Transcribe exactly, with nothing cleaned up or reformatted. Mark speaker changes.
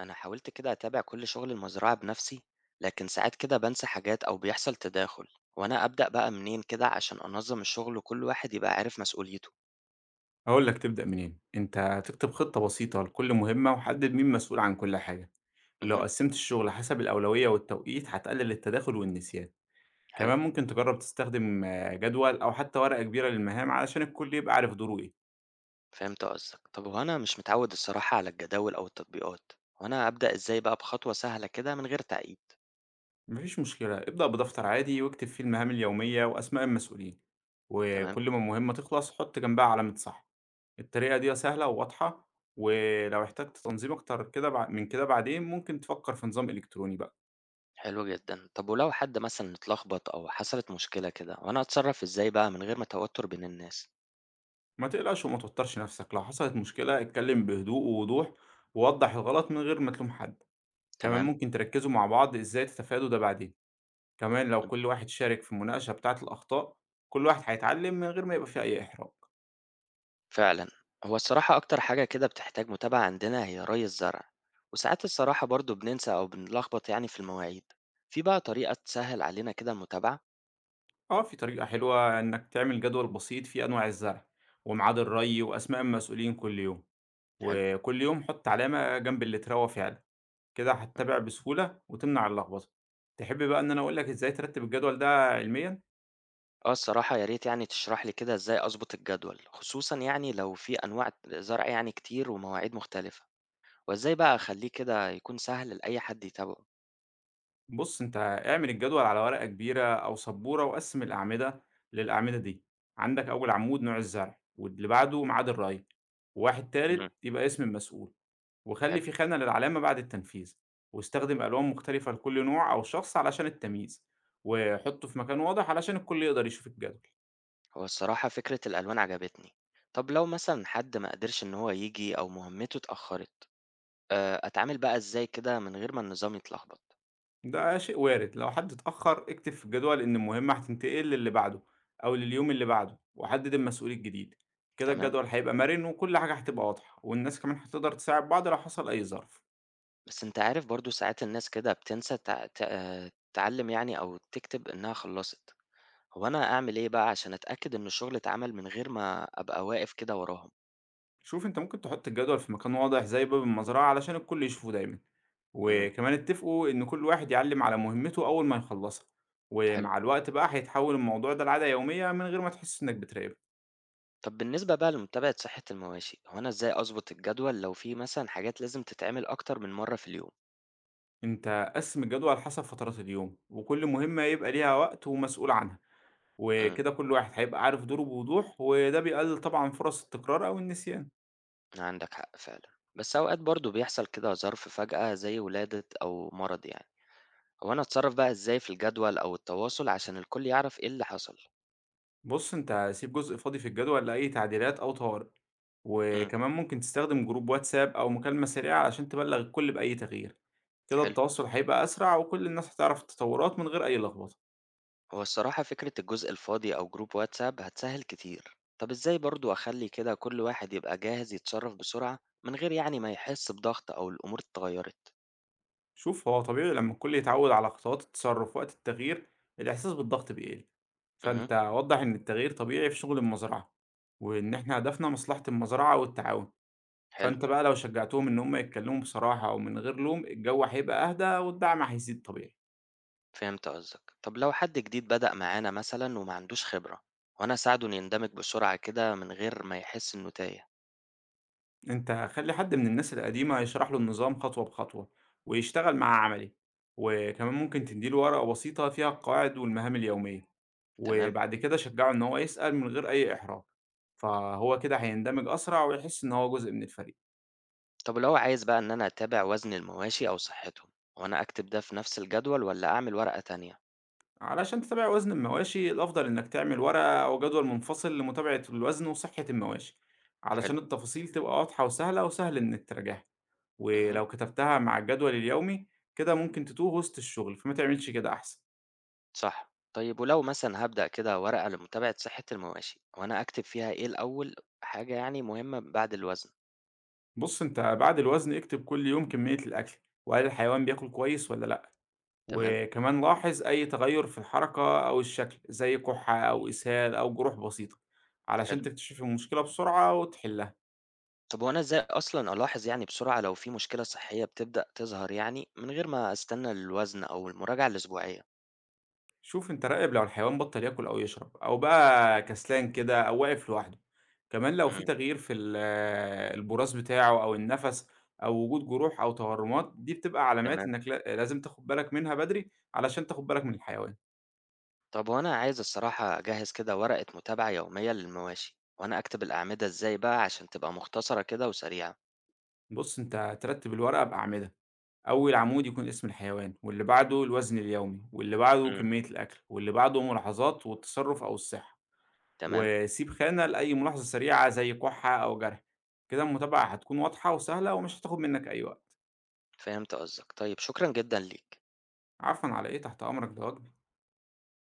Speaker 1: أنا حاولت كده أتابع كل شغل المزرعة بنفسي. لكن ساعات كده بنسى حاجات أو بيحصل تداخل. وأنا أبدأ بقى منين كده عشان أنظم الشغل وكل واحد يبقى عارف مسؤوليته؟
Speaker 2: هاقول لك تبدأ منين، أنت تكتب خطة بسيطة لكل مهمة وحدد مين مسؤول عن كل حاجة، لو
Speaker 1: امم
Speaker 2: قسمت الشغل حسب الأولوية والتوقيت هتقلل التداخل والنسيان،
Speaker 1: حلو.
Speaker 2: كمان ممكن تجرب تستخدم آه، جدول أو حتى ورقة كبيرة للمهام علشان الكل يبقى عارف دوره إيه،
Speaker 1: فهمت قصدك. طب وأنا مش متعود الصراحة على الجداول أو التطبيقات، وأنا أبدأ إزاي بقى بخطوة سهلة كده من غير تعقيد؟
Speaker 2: مفيش مشكلة ابدأ بدفتر عادي واكتب فيه المهام اليومية وأسماء المسؤولين،
Speaker 1: تمام.
Speaker 2: وكل ما مهمة تخلص حط جنبها علامة صح، الطريقة دي سهلة وواضحة ولو احتجت تنظيم أكتر كده بع- من كده بعدين ممكن تفكر في نظام إلكتروني بقى.
Speaker 1: حلو جدا. طب ولو حد مثلا اتلخبط أو حصلت مشكلة كده، وأنا أتصرف إزاي بقى من غير ما توتر بين الناس؟
Speaker 2: ما تقلقش وما توترش نفسك لو حصلت مشكلة اتكلم بهدوء ووضوح ووضح الغلط من غير ما تلوم حد، كمان
Speaker 1: تمام.
Speaker 2: ممكن تركزوا مع بعض ازاي تتفادوا ده بعدين، كمان لو كل واحد شارك في المناقشة بتاعة الأخطاء كل واحد هيتعلم من غير ما يبقى فيه أي إحراج.
Speaker 1: فعلا. هو الصراحة أكتر حاجة كده بتحتاج متابعة عندنا هي ري الزرع، وساعات الصراحة برضو بننسى أو بنلخبط يعني في المواعيد. في بقى طريقة تسهل علينا كده المتابعة؟
Speaker 2: اه في طريقة حلوة إنك تعمل جدول بسيط فيه أنواع الزرع وميعاد الري وأسماء المسؤولين كل يوم،
Speaker 1: حلو.
Speaker 2: وكل يوم حط علامة جنب اللي اتروى فعلا، كده هتتابع بسهولة وتمنع اللخبطة. تحب بقى إن أنا أقولك ازاي ترتب الجدول ده علميا؟
Speaker 1: اه الصراحة يا ريت يعني تشرح لي كده ازاي أظبط الجدول، خصوصا يعني لو في أنواع زرع يعني كتير ومواعيد مختلفة. وازاي بقى أخليه كده يكون سهل لأي حد يتابعه؟
Speaker 2: بُص، أنت اعمل الجدول على ورقة كبيرة أو سبورة وقسِّم الأعمدة للأعمدة دي، عندك أول عمود نوع الزرع واللي بعده ميعاد الري، وواحد
Speaker 1: مم.
Speaker 2: تالت يبقى اسم المسؤول، وخلّي
Speaker 1: حلو.
Speaker 2: في خانة للعلامة بعد التنفيذ، واستخدم ألوان مختلفة لكل نوع أو شخص علشان التمييز، وحُطّه في مكان واضح علشان الكل يقدر يشوف الجدول.
Speaker 1: هو الصراحة فكرة الألوان عجبتني. طب لو مثلا حد ما قدرش إن هو يجي أو مهمته اتأخرت، آآ، أتعامل بقى إزاي كده من غير ما النظام يتلخبط؟
Speaker 2: ده شيء وارد، لو حد اتأخّر اكتب في الجدول إن المهمة هتنتقل للي بعده أو لليوم اللي بعده، وحدد المسؤول الجديد، كده
Speaker 1: تمام.
Speaker 2: الجدول هيبقى مرن وكل حاجة هتبقى واضحة، والناس كمان هتقدر تساعد بعض لو حصل أي ظرف.
Speaker 1: بس أنت عارف برضه ساعات الناس كده بتنسى تع ت آآ، تعلّم يعني أو تكتب إنها خلّصت. هو أنا أعمل إيه بقى عشان أتأكد إن الشغل اتعمل من غير ما أبقى واقف كده وراهم؟
Speaker 2: شوف أنت ممكن تحط الجدول في مكان واضح زي باب المزرعة علشان الكل يشوفه دايمًا،
Speaker 1: إمم،
Speaker 2: وكمان اتفقوا إن كل واحد يعلّم على مهمته أول ما يخلّصها،
Speaker 1: حلو.
Speaker 2: ومع الوقت بقى هيتحول الموضوع ده لعادة يومية من غير ما تحس إنك بتراقبهم.
Speaker 1: طب بالنسبة بقى لمتابعة صحة المواشي، هو أنا إزاي أضبط الجدول لو في مثلًا حاجات لازم تتعمل أكتر من مرّة في اليوم؟
Speaker 2: أنت قسّم الجدول حسب فترات اليوم، وكل مهمة يبقى ليها وقت ومسؤول عنها.
Speaker 1: إمم،
Speaker 2: وكده كل واحد هيبقى عارف دوره بوضوح، وده بيقلل طبعًا فرص التكرار أو النسيان.
Speaker 1: عندك حق فعلًا. بس أوقات برضه بيحصل كده ظرف فجأة زي ولادة أو مرض يعني. هو أنا أتصرّف بقى إزاي في الجدول أو التواصل عشان الكل يعرف إيه اللي حصل؟
Speaker 2: بُص أنت سيب جزء فاضي في الجدول لأي تعديلات أو طوارئ،
Speaker 1: امم
Speaker 2: وكمان ممكن تستخدم جروب واتساب أو مكالمة سريعة عشان تبلغ الكل بأي تغيير، كده
Speaker 1: حلو.
Speaker 2: التواصل هيبقى أسرع وكل الناس هتعرف التطورات من غير أي لخبطة.
Speaker 1: هو الصراحة فكرة الجزء الفاضي أو جروب واتساب هتسهل كتير. طب إزاي برضو أخلي كده كل واحد يبقى جاهز يتصرف بسرعة من غير يعني ما يحس بضغط أو الأمور اتغيرت؟
Speaker 2: شوف هو طبيعي لما الكل يتعود على خطوات التصرف وقت التغيير، الإحساس بالضغط بيقل،
Speaker 1: امم
Speaker 2: فأنت وضّح إن التغيير طبيعي في شغل المزرعة، وإن إحنا هدفنا مصلحة المزرعة والتعاون.
Speaker 1: حلو.
Speaker 2: فأنت بقى لو شجّعتهم إن هم يتكلّموا بصراحة أو من غير لوم، الجو هيبقى أهدى والدعم هيزيد طبيعي.
Speaker 1: فهمت قصدك. طب لو حد جديد بدأ معانا مثلا وما عندوش خبرة، وأنا أساعده إنه يندمج بسرعة كده من غير ما يحس إنه تايه؟
Speaker 2: أنت خلّي حد من الناس القديمة يشرح له النظام خطوة بخطوة ويشتغل معاه عملي، وكمان ممكن تدّي له ورقة بسيطة فيها القواعد والمهام اليومية،
Speaker 1: تمام.
Speaker 2: وبعد كده شجّعه إن هو يسأل من غير أي إحراج، فهو كده هيندمج أسرع ويحس إن هو جزء من الفريق.
Speaker 1: طب لو عايز بقى إن أنا أتابع وزن المواشي أو صحتهم، وأنا أكتب ده في نفس الجدول ولا أعمل ورقة تانية؟
Speaker 2: علشان تتابع وزن المواشي الأفضل إنك تعمل ورقة أو جدول منفصل لمتابعة الوزن وصحة المواشي
Speaker 1: حلو.
Speaker 2: علشان التفاصيل تبقى واضحة وسهلة وسهل إنك تراجعها،
Speaker 1: امم.
Speaker 2: ولو كتبتها مع الجدول اليومي كده ممكن تتوه وسط الشغل فما تعملش كده أحسن.
Speaker 1: صح. طيب ولو مثلا هبدأ كده ورقة لمتابعة صحة المواشي، وأنا أكتب فيها إيه الأول؟ حاجة يعني مهمة بعد الوزن.
Speaker 2: بص أنت بعد الوزن اكتب كل يوم كمية الأكل وهل الحيوان بياكل كويس ولا لأ،
Speaker 1: تمام.
Speaker 2: وكمان لاحظ أي تغير في الحركة أو الشكل زي كحة أو إسهال أو جروح بسيطة
Speaker 1: حلو.
Speaker 2: علشان تكتشف المشكلة بسرعة وتحلها.
Speaker 1: طب وأنا إزاي أصلا ألاحظ يعني بسرعة لو في مشكلة صحية بتبدأ تظهر يعني من غير ما أستنى الوزن أو المراجعة الأسبوعية؟
Speaker 2: شوف أنت راقب لو الحيوان بطل ياكل أو يشرب أو بقى كسلان كده أو واقف لوحده، كمان لو في
Speaker 1: امم.
Speaker 2: تغيير في ال- البراز بتاعه أو النفس أو وجود جروح أو تورمات دي بتبقى علامات
Speaker 1: تمام.
Speaker 2: إنك لا- لازم تاخد بالك منها بدري علشان تاخد بالك من الحيوان.
Speaker 1: طب وأنا عايز الصراحة أجهز كده ورقة متابعة يومية للمواشي، وأنا أكتب الأعمدة إزاي بقى عشان تبقى مختصرة كده وسريعة؟
Speaker 2: بص أنت ترتب الورقة بأعمدة، أول عمود يكون اسم الحيوان واللي بعده الوزن اليومي واللي بعده
Speaker 1: مم.
Speaker 2: كمية الأكل واللي بعده ملاحظات والتصرف أو الصحة،
Speaker 1: تمام.
Speaker 2: وسيب خانة لأي ملاحظة سريعة زي كحة أو جرح، كده المتابعة هتكون واضحة وسهلة ومش هتاخد منك أي وقت.
Speaker 1: فهمت قصدك. طيب شكرا جدا ليك.
Speaker 2: عفوا على إيه، تحت أمرك ده واجبي.